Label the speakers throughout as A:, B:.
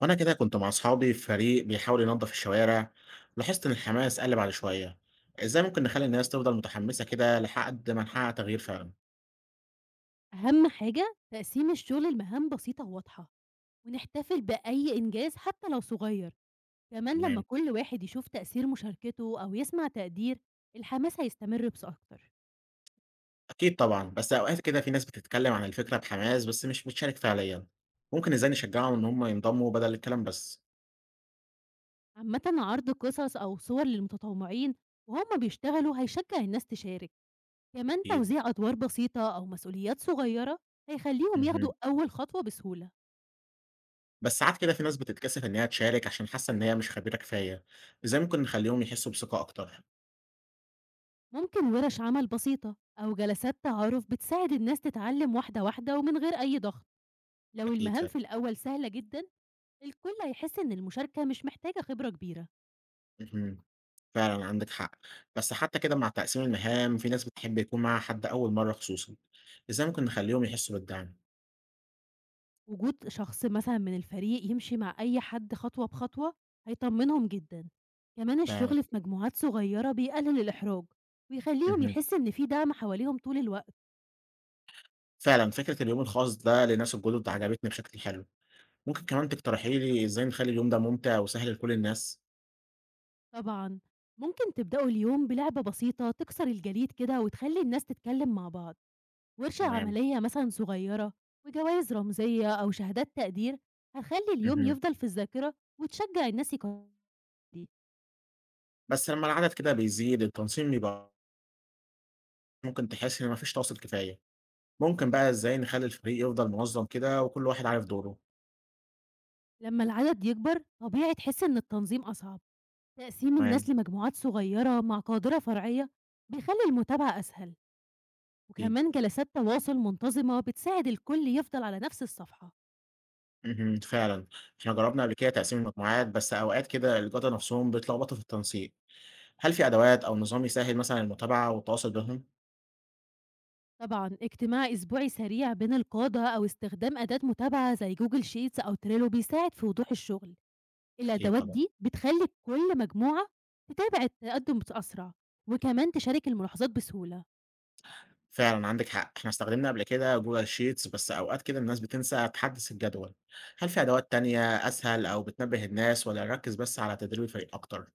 A: وأنا كده كنت مع أصحابي في فريق بيحاول ينظف الشوارع. لاحظت إن الحماس قلب على شوية. إزاي ممكن نخلي الناس تفضل متحمسة كده لحد ما نحقق تغيير فعلا؟
B: أهم حاجة تقسيم الشغل لمهام بسيطة وواضحة، ونحتفل بأي إنجاز حتى لو صغير. كمان لما
A: تمام.
B: كل واحد يشوف تأثير مشاركته أو يسمع تقدير، الحماس هيستمر بس أكتر.
A: أكيد طبعا، بس أوقات كده في ناس بتتكلم عن الفكرة بحماس بس مش بتشارك فعليا. ممكن إزاي نشجعهم إن هم ينضموا بدل الكلام بس؟
B: عامة عرض قصص أو صور للمتطوعين وهم بيشتغلوا هيشجع الناس تشارك. كمان
A: أكيد.
B: توزيع أدوار بسيطة أو مسؤوليات صغيرة هيخليهم ياخدوا
A: مهم.
B: أول خطوة بسهولة.
A: بس ساعات كده في ناس بتتكسف إن هي تشارك عشان حاسة إن هي مش خبيرة كفاية. إزاي ممكن نخليهم يحسوا بثقة أكتر؟
B: ممكن ورش عمل بسيطة أو جلسات تعارف بتساعد الناس تتعلم واحدة واحدة ومن غير أي ضغط. لو
A: أكيد
B: المهام
A: فعلا.
B: في الأول سهلة جدا، الكل هيحس إن المشاركة مش محتاجة خبرة كبيرة،
A: مهم. فعلًا عندِك حق، بس حتى كده مع تقسيم المهام في ناس بتحب يكون معاها حد أول مرّة خصوصًا، إزاي ممكن نخلّيهم يحسّوا بالدعم؟
B: وجود شخص مثلًا من الفريق يمشي مع أي حد خطوة بخطوة هيطمنهم جدًا، كمان
A: فعلًا.
B: الشغل في مجموعات صغيرة بيقلل الإحراج، ويخليهم
A: اهم.
B: يحسوا إن في دعم حواليهم طول الوقت.
A: فعلًا فكرة اليوم الخاص ده للناس الجدد عجبتني بشكل حلو، ممكن كمان تقترحي لي إزاي نخلّي اليوم ده ممتع وسهل لكل الناس؟
B: طبعًا ممكن تبدأوا اليوم بلعبة بسيطة تكسر الجليد كده وتخلي الناس تتكلم مع بعض، ورشة
A: تمام.
B: عملية مثلًا صغيرة، وجوائز رمزية أو شهادات تقدير هتخلي اليوم
A: اهم.
B: يفضل في الذاكرة وتشجع الناس يكو.
A: بس لمّا العدد كده بيزيد التنظيم بيبقى ممكن تحس إن ما فيش تواصل كفاية، ممكن بقى إزاي نخلّي الفريق يفضل منظم كده وكل واحد عارف دوره؟
B: لما العدد يكبر طبيعي تحس إن التنظيم أصعب. تقسيم
A: تمام.
B: الناس لمجموعات صغيرة مع قادرة فرعية بيخلي المتابعة أسهل،
A: أكيد.
B: وكمان جلسات تواصل منتظمة بتساعد الكل يفضل على نفس الصفحة.
A: اهم، فعلًا، إحنا جرّبنا قبل كده تقسيم المجموعات، بس أوقات كده الجدة نفسهم بيتلخبطوا في التنسيق، هل في أدوات أو نظام يسهّل مثلًا المتابعة والتواصل بينهم؟
B: طبعا اجتماع أسبوعي سريع بين القادة أو استخدام أداة متابعة زي جوجل شيتس أو تريلو بيساعد في وضوح الشغل.
A: أكيد
B: الأدوات
A: طبعًا.
B: دي بتخلي كل مجموعة تتابع التقدم بأسرع، وكمان تشارك الملاحظات بسهولة.
A: فعلًا عندِك حق، إحنا استخدمنا قبل كده Google sheets بس أوقات كده الناس بتنسى تحدّث الجدول، هل في أدوات تانية أسهل أو بتنبه الناس والّا نركّز بس على تدريب الفريق أكتر؟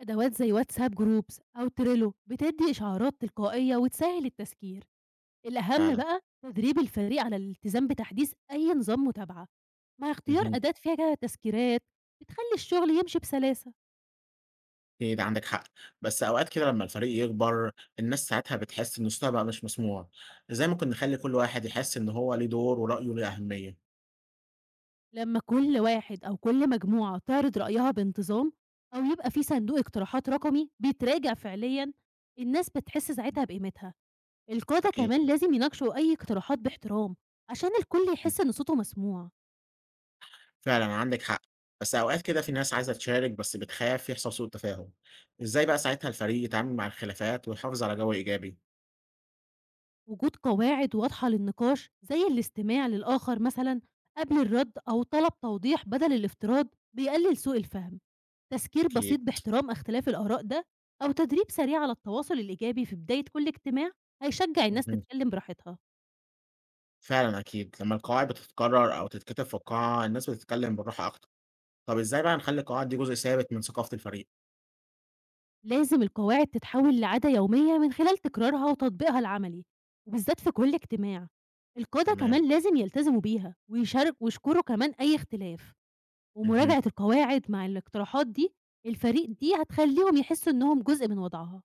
B: أدوات زي واتساب جروبس أو تريلو بتدي إشعارات تلقائية وتسهل التذكير. الأهم
A: فعلًا.
B: بقى تدريب الفريق على الالتزام بتحديث أي نظام متابعة، مع اختيار
A: اهم.
B: أداة فيها تذكيرات بتخلي الشغل يمشي بسلاسة.
A: أكيد عندِك حق، بس أوقات كده لمّا الفريق يكبر الناس ساعتها بتحس إن صوتها بقى مش مسموع، إزاي ممكن نخلّي كل واحد يحس إن هو ليه دور ورأيه ليه أهمية؟
B: لما كل واحد أو كل مجموعة تعرض رأيها بانتظام، أو يبقى في صندوق اقتراحات رقمي بيتراجع فعليا، الناس بتحس ساعتها بقيمتها. القادة
A: أكيد
B: كمان
A: طبعًا.
B: لازم يناقشوا أي اقتراحات باحترام، عشان الكل
A: إمم،
B: يحس إن صوته مسموع.
A: فعلًا عندِك حق، بس أوقات كده في ناس عايزة تشارك بس بتخاف يحصل سوء تفاهم، إزاي بقى ساعتها الفريق يتعامل مع الخلافات ويحافظ على جو إيجابي؟
B: وجود قواعد واضحة للنقاش زي الاستماع للآخر مثلا قبل الرد، أو طلب توضيح بدل الافتراض، بيقلل سوء الفهم. تذكير بسيط
A: أكيد.
B: باحترام اختلاف الآراء ده، أو تدريب سريع على التواصل الإيجابي في بداية كل اجتماع، هيشجع الناس
A: اهم،
B: تتكلم براحتها.
A: فعلًا أكيد، لمّا القواعد بتتكرر أو تتكتب في القاعة الناس بتتكلم بالراحة أكتر، طب إزاي بقى نخلّي القواعد دي جزء ثابت من ثقافة الفريق؟
B: لازم القواعد تتحول لعادة يومية من خلال تكرارها وتطبيقها العملي، وبالذات في كل اجتماع. القادة
A: تمام.
B: كمان لازم يلتزموا بيها ويشارك ويشكروا كمان أي اختلاف،
A: اهم.
B: ومراجعة القواعد مع الاقتراحات دي، الفريق دي هتخلّيهم يحسّوا إنّهم جزء من وضعها.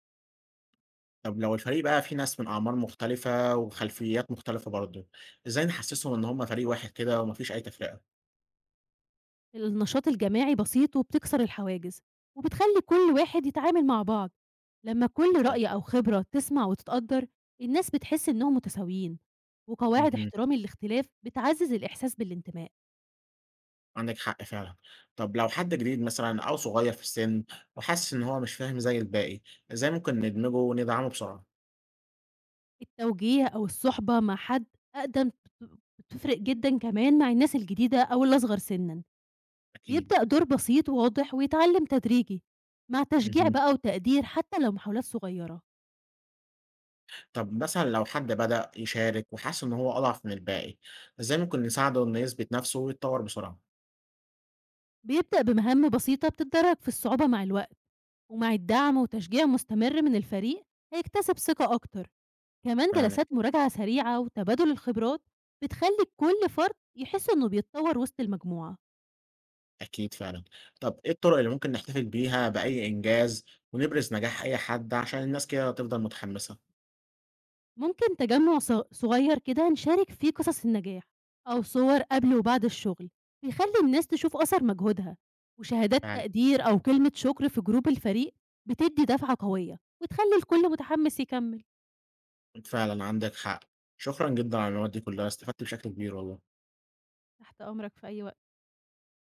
A: طب لو الفريق بقى فيه ناس من أعمار مختلفة وخلفيات مختلفة برضه، إزاي نحسسهم إن هُم فريق واحد كده وما فيش أي تفرقة؟
B: النشاط الجماعي بسيط وبتكسر الحواجز، وبتخلّي كل واحد يتعامل مع بعض. لمّا كل
A: بالفعل.
B: رأي أو خبرة تسمع وتتقدّر، الناس بتحس إنّهم متساويين، وقواعد
A: اهم.
B: احترام الاختلاف بتعزّز الإحساس بالانتماء.
A: عندِك حق فعلًا. طب لو حد جديد مثلًا أو صغير في السن وحاسس إن هو مش فاهم زي الباقي، إزاي ممكن ندمجه وندعمه بسرعة؟
B: التوجيه أو الصُحبة مع حد أقدم بت بتفرق جدًا كمان مع الناس الجديدة أو الأصغر سنًا.
A: أكيد.
B: بيبدأ دور بسيط وواضح ويتعلم تدريجي، مع تشجيع
A: اهم.
B: بقى وتقدير حتى لو محاولات صغيرة.
A: طب مثلًا لو حد بدأ يشارك وحس إن هو أضعف من الباقي، إزاي ممكن نساعده إنه يثبت نفسه ويتطور بسرعة؟
B: بيبدأ بمهام بسيطة بتتدرج في الصعوبة مع الوقت، ومع الدعم وتشجيع مستمر من الفريق هيكتسب ثقة أكتر. كمان
A: فعلًا.
B: جلسات مراجعة سريعة وتبادل الخبرات بتخلي كل فرد يحس إنه بيتطور وسط المجموعة.
A: أكيد فعلًا. طب إيه الطرق اللي ممكن نحتفل بيها بأي إنجاز ونبرز نجاح أي حد عشان الناس كده تفضل متحمسة؟
B: ممكن تجمع صغير كده نشارك فيه قصص النجاح أو صور قبل وبعد الشغل، بيخلي الناس تشوف أثر مجهودها، وشهادات
A: فعلًا.
B: تقدير أو كلمة شكر في جروب الفريق بتدي دفعة قوية، وتخلي الكل متحمس يكمل.
A: فعلًا عندك حق. شكرًا جدًا على المعلومات دي كلها، استفدت بشكل كبير والله.
B: تحت أمرك في أي وقت.